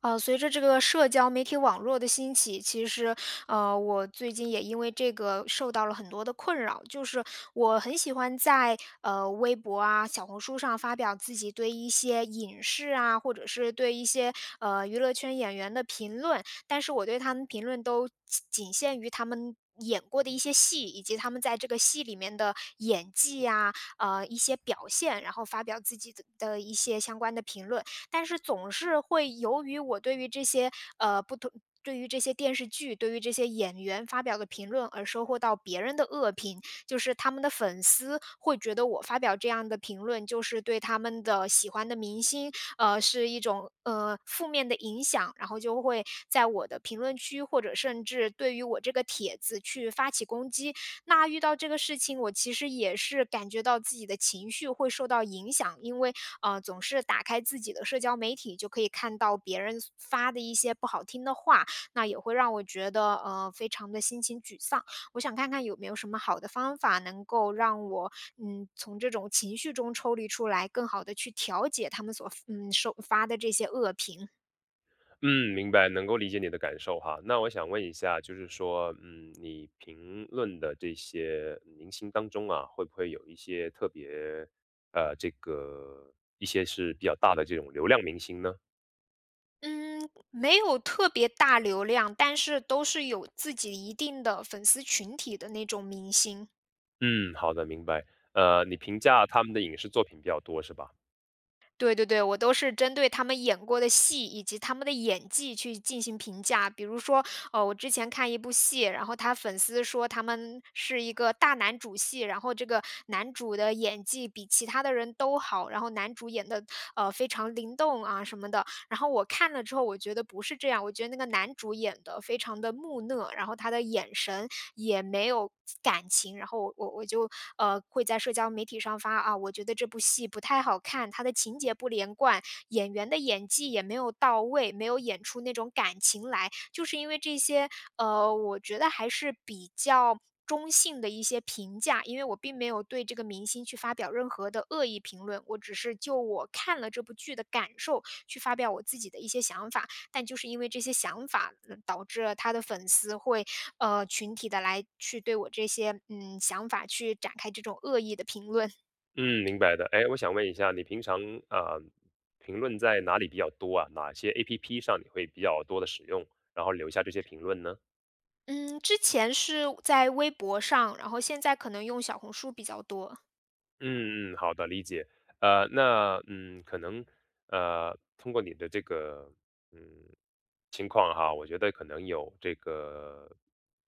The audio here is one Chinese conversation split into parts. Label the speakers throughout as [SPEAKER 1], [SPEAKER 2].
[SPEAKER 1] 随着这个社交媒体网络的兴起，其实，我最近也因为这个受到了很多的困扰。就是我很喜欢在微博啊、小红书上发表自己对一些影视啊，或者是对一些娱乐圈演员的评论，但是我对他们评论都仅仅限于他们。演过的一些戏，以及他们在这个戏里面的演技啊，一些表现，然后发表自己的一些相关的评论。但是总是会由于我对于这些呃不同。对于这些电视剧，对于这些演员发表的评论而收获到别人的恶评，就是他们的粉丝会觉得我发表这样的评论，就是对他们的喜欢的明星，是一种负面的影响，然后就会在我的评论区或者甚至对于我这个帖子去发起攻击，那遇到这个事情，我其实也是感觉到自己的情绪会受到影响，因为总是打开自己的社交媒体，就可以看到别人发的一些不好听的话，那也会让我觉得非常的心情沮丧。我想看看有没有什么好的方法能够让我从这种情绪中抽离出来，更好的去调节他们所收发的这些恶评。
[SPEAKER 2] 嗯，明白，能够理解你的感受哈。那我想问一下，就是说，你评论的这些明星当中啊，会不会有一些特别，这个一些是比较大的这种流量明星呢？
[SPEAKER 1] 嗯，没有特别大流量，但是都是有自己一定的粉丝群体的那种明星。
[SPEAKER 2] 嗯，好的，明白。你评价他们的影视作品比较多是吧？
[SPEAKER 1] 对对对，我都是针对他们演过的戏以及他们的演技去进行评价。比如说，我之前看一部戏，然后他粉丝说他们是一个大男主戏，然后这个男主的演技比其他的人都好，然后男主演的非常灵动啊什么的，然后我看了之后，我觉得不是这样，我觉得那个男主演的非常的木讷，然后他的眼神也没有感情，然后我就，会在社交媒体上发，啊，我觉得这部戏不太好看，它的情节不连贯，演员的演技也没有到位，没有演出那种感情来。就是因为这些，我觉得还是比较中性的一些评价，因为我并没有对这个明星去发表任何的恶意评论，我只是就我看了这部剧的感受去发表我自己的一些想法，但就是因为这些想法，导致了他的粉丝会群体的来去对我这些想法去展开这种恶意的评论。
[SPEAKER 2] 嗯，明白的。哎，我想问一下，你平常啊，评论在哪里比较多啊？哪些 APP 上你会比较多的使用，然后留下这些评论呢？
[SPEAKER 1] 嗯，之前是在微博上，然后现在可能用小红书比较多。
[SPEAKER 2] 嗯嗯，好的，理解。那可能通过你的这个嗯情况哈，我觉得可能有这个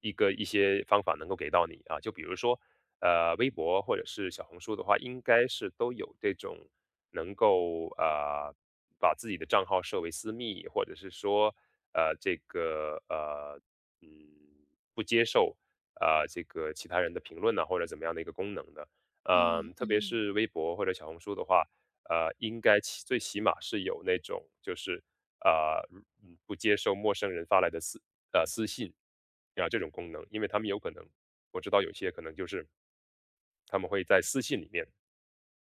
[SPEAKER 2] 一些方法能够给到你啊，就比如说微博或者是小红书的话，应该是都有这种能够把自己的账号设为私密，或者是说这个嗯不接受啊这个其他人的评论呢，或者怎么样的一个功能的。
[SPEAKER 1] 嗯
[SPEAKER 2] 特别
[SPEAKER 1] 嗯
[SPEAKER 2] 是微博或者小红书的话，应该最起码是有那种就是，呃，不接受陌生人发来的私信，啊，这种功能。因为他们有可能我知道有些可能就是他们会在私信里面，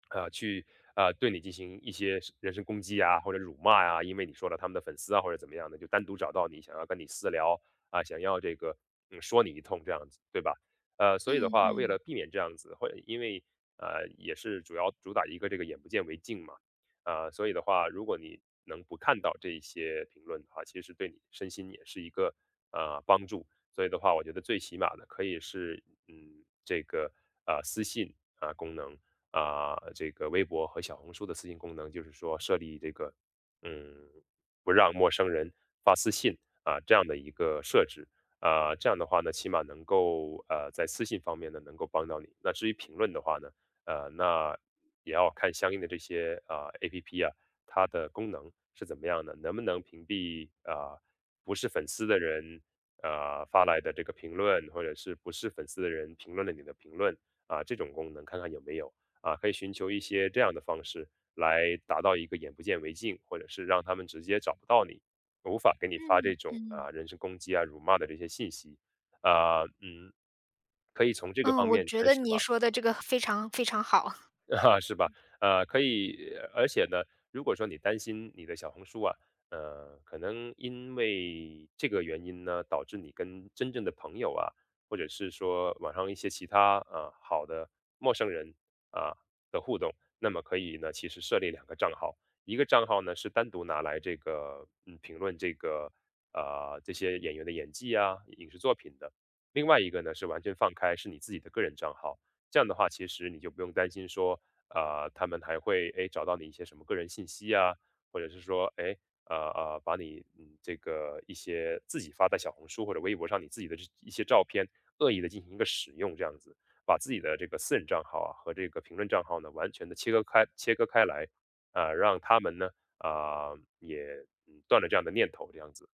[SPEAKER 2] 啊，去，啊对你进行一些是人身攻击啊，或者辱骂啊，因为你说了他们的粉丝啊，或者怎么样的，就单独找到你，想要跟你私聊，啊，想要这个，说你一通这样子，对吧？所以的
[SPEAKER 1] 嗯
[SPEAKER 2] 话，为
[SPEAKER 1] 嗯
[SPEAKER 2] 了避免这样子，或者因为也是主要主打一个这个眼不见为净嘛，所以的话，如果你能不看到这一些评论的话，其实对你身心也是一个帮助。所以的话，我觉得最起码的可以是这个私信啊、功能啊、这个微博和小红书的私信功能，就是说设立这个嗯不让陌生人发私信啊、这样的一个设置。这样的话呢，起码能够在私信方面呢能够帮到你。那至于评论的话呢，那也要看相应的这些啊、APP 啊，它的功能是怎么样的，能不能屏蔽啊、不是粉丝的人发来的这个评论，或者是不是粉丝的人评论了你的评论啊、这种功能，看看有没有啊、可以寻求一些这样的方式来达到一个眼不见为净，或者是让他们直接找不到你无法给你发这
[SPEAKER 1] 嗯
[SPEAKER 2] 种
[SPEAKER 1] 嗯，
[SPEAKER 2] 啊人身攻击啊、辱骂的这些信息，啊、嗯，可以从这个
[SPEAKER 1] 嗯，
[SPEAKER 2] 方
[SPEAKER 1] 我
[SPEAKER 2] 面
[SPEAKER 1] 觉
[SPEAKER 2] 开
[SPEAKER 1] 得
[SPEAKER 2] 始
[SPEAKER 1] 你
[SPEAKER 2] 吧。
[SPEAKER 1] 说的这个非常非常好。
[SPEAKER 2] 啊，是吧？可以，而且呢，如果说你担心你的小红书啊，可能因为这个原因呢，导致你跟真正的朋友啊，或者是说网上一些其他啊好的陌生人啊的互动，那么可以呢，其实设立两个账号，一个账号呢是单独拿来这个评论这个这些演员的演技啊、影视作品的，另外一个呢是完全放开，是你自己的个人账号。这样的话，其实你就不用担心说啊，他们还会哎找到你一些什么个人信息啊，或者是说哎把你这个一些自己发在小红书或者微博上你自己的这一些照片恶意的进行一个使用，这样子把自己的这个私人账号啊和这个评论账号呢完全的切割开来，啊、让他们呢啊、也断了这样的念头，这样子。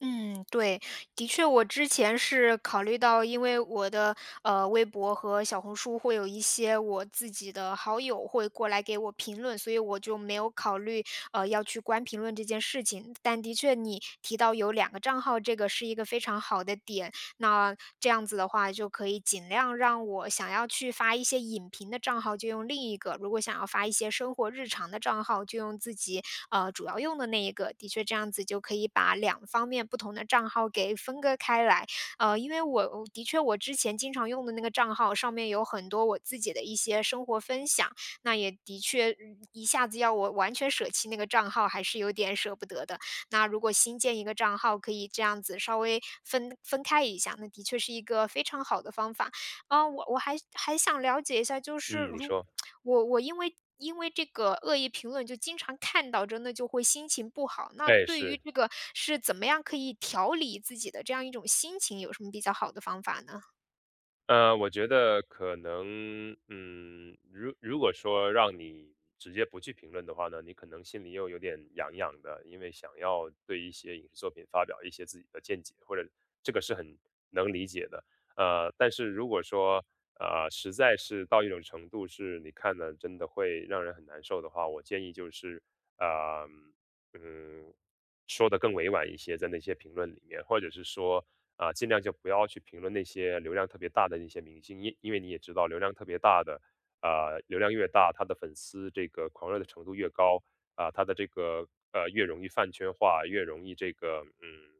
[SPEAKER 1] 嗯，对，的确，我之前是考虑到，因为我的微博和小红书会有一些我自己的好友会过来给我评论，所以我就没有考虑要去关评论这件事情。但的确，你提到有两个账号，这个是一个非常好的点。那这样子的话，就可以尽量让我想要去发一些影评的账号就用另一个，如果想要发一些生活日常的账号，就用自己主要用的那一个。的确，这样子就可以把两方面不同的账号给分割开来。呃，因为我的确我之前经常用的那个账号上面有很多我自己的一些生活分享，那也的确一下子要我完全舍弃那个账号，还是有点舍不得的。那如果新建一个账号，可以这样子稍微分开一下，那的确是一个非常好的方法。啊，我还想了解一下，就是
[SPEAKER 2] 嗯，你
[SPEAKER 1] 如
[SPEAKER 2] 说，
[SPEAKER 1] 我因为这个恶意评论就经常看到，真的就会心情不好。那
[SPEAKER 2] 哎
[SPEAKER 1] 对于
[SPEAKER 2] 是。
[SPEAKER 1] 这个是怎么样可以调理自己的这样一种心情，有什么比较好的方法呢？
[SPEAKER 2] 我觉得可能，如果说让你直接不去评论的话呢，你可能心里又有点痒痒的，因为想要对一些影视作品发表一些自己的见解，或者这个是很能理解的。但是如果说，实在是到一种程度，是你看了真的会让人很难受的话，我建议就是，呃，嗯，说的更委婉一些，在那些评论里面，或者是说，啊，尽量就不要去评论那些流量特别大的那些明星，因为你也知道流量特别大的，流量越大，他的粉丝这个狂热的程度越高，啊、他的这个越容易饭圈化，越容易这个嗯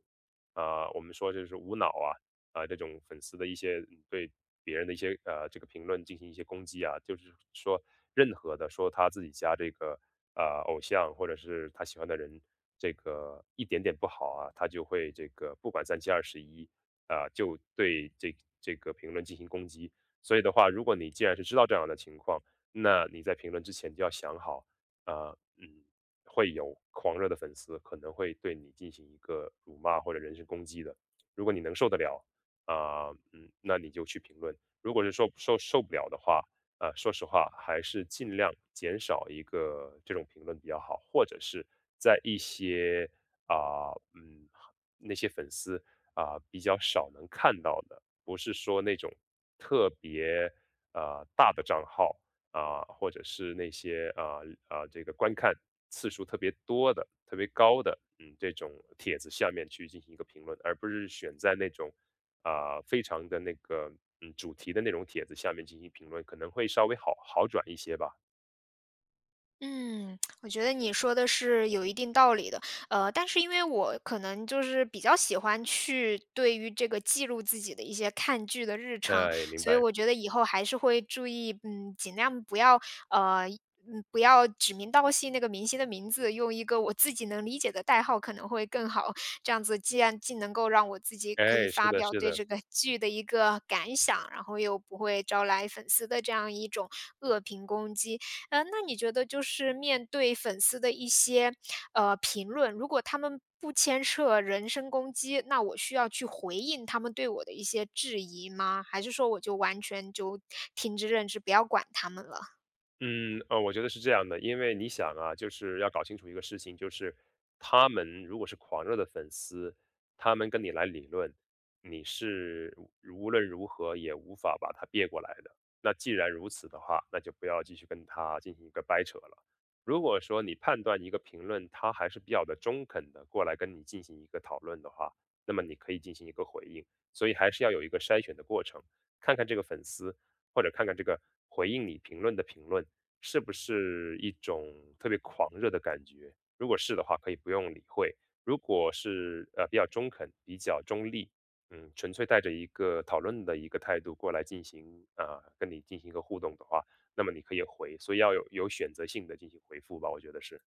[SPEAKER 2] 啊、我们说就是无脑啊、这种粉丝的一些对别人的一些这个评论进行一些攻击啊，就是说任何的说他自己家这个啊，偶像或者是他喜欢的人，这个一点点不好啊，他就会这个不管三七二十一啊，就对这个评论进行攻击。所以的话，如果你既然是知道这样的情况，那你在评论之前就要想好，啊、嗯，会有狂热的粉丝可能会对你进行一个辱骂或者人身攻击的。如果你能受得了，那你就去评论；如果是受不了的话，说实话，还是尽量减少一个这种评论比较好，或者是在一些啊、那些粉丝啊、比较少能看到的，不是说那种特别大的账号啊、或者是那些啊、这个观看次数特别多的、特别高的，这种帖子下面去进行一个评论，而不是选在那种啊、非常的那个主题的那种帖子下面进行评论，可能会稍微好转一些吧。
[SPEAKER 1] 嗯，我觉得你说的是有一定道理的，呃，但是因为我可能就是比较喜欢去对于这个记录自己的一些看剧的日常，
[SPEAKER 2] 哎，明
[SPEAKER 1] 所以
[SPEAKER 2] 白。
[SPEAKER 1] 我觉得以后还是会注意，嗯，尽量不要，呃，不要指名道姓那个明星的名字，用一个我自己能理解的代号可能会更好。这样子既能够让我自己可以
[SPEAKER 2] 哎，是
[SPEAKER 1] 发
[SPEAKER 2] 的，
[SPEAKER 1] 表
[SPEAKER 2] 是
[SPEAKER 1] 对
[SPEAKER 2] 的。
[SPEAKER 1] 这个剧的一个感想，然后又不会招来粉丝的这样一种恶评攻击。呃，那你觉得就是面对粉丝的一些，评论，如果他们不牵涉人身攻击，那我需要去回应他们对我的一些质疑吗？还是说我就完全就听之任之，不要管他们了？
[SPEAKER 2] 我觉得是这样的，因为你想啊，就是要搞清楚一个事情，就是他们如果是狂热的粉丝，他们跟你来理论，你是无论如何也无法把他别过来的。那既然如此的话，那就不要继续跟他进行一个掰扯了。如果说你判断一个评论，他还是比较的中肯的过来跟你进行一个讨论的话，那么你可以进行一个回应。所以还是要有一个筛选的过程，看看这个粉丝。或者看看这个回应你评论的评论是不是一种特别狂热的感觉。如果是的话，可以不用理会；如果是比较中肯、比较中立，纯粹带着一个讨论的一个态度过来进行啊、跟你进行一个互动的话，那么你可以回，所以要有选择性的进行回复吧，我觉得是。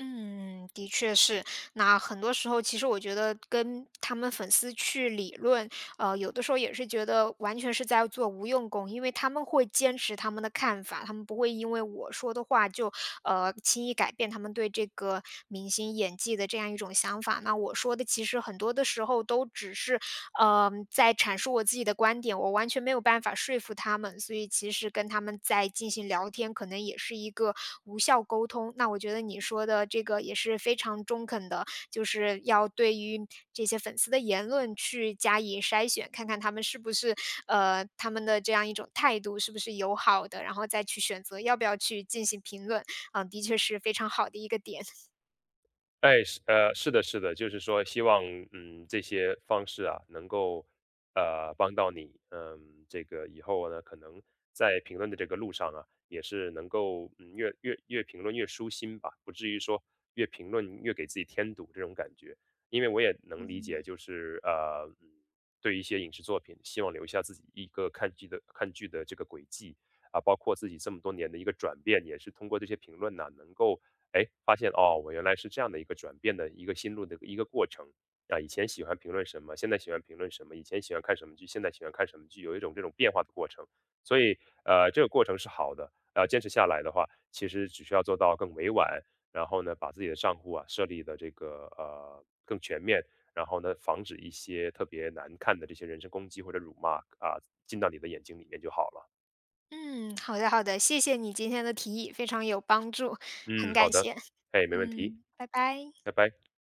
[SPEAKER 1] 嗯，的确是。那很多时候其实我觉得跟他们粉丝去理论有的时候也是觉得完全是在做无用功，因为他们会坚持他们的看法，他们不会因为我说的话就轻易改变他们对这个明星演技的这样一种想法。那我说的其实很多的时候都只是在阐述我自己的观点，我完全没有办法说服他们，所以其实跟他们在进行聊天，可能也是一个无效沟通。那我觉得你说的这个也是非常中肯的，就是要对于这些粉丝的言论去加以筛选，看看他们是不是他们的这样一种态度是不是友好的，然后再去选择要不要去进行评论，嗯，的确是非常好的一个点。
[SPEAKER 2] 哎，是的，是的，就是说，希望这些方式啊，能够帮到你，这个以后呢，可能在评论的这个路上啊，也是能够越评论越舒心吧，不至于说越评论越给自己添堵这种感觉。因为我也能 理
[SPEAKER 1] 嗯
[SPEAKER 2] 解，就是对一些影视作品，希望留下自己一个看剧的这个轨迹啊，包括自己这么多年的一个转变，也是通过这些评论呢、能够哎，发现哦，我原来是这样的一个转变的一个心路的一个过程啊。以前喜欢评论什么，现在喜欢评论什么；以前喜欢看什么剧，现在喜欢看什么剧，有一种这种变化的过程。所以，这个过程是好的。坚持下来的话，其实只需要做到更委婉，然后呢，把自己的账户啊设立的这个更全面，然后呢，防止一些特别难看的这些人身攻击或者辱骂啊进到你的眼睛里面就好了。
[SPEAKER 1] 嗯，好的好的，谢谢你今天的提议，非常有帮助，很
[SPEAKER 2] 嗯，好
[SPEAKER 1] 感
[SPEAKER 2] 的，
[SPEAKER 1] 谢。
[SPEAKER 2] 哎，没问题，
[SPEAKER 1] 嗯，拜拜。
[SPEAKER 2] 拜拜。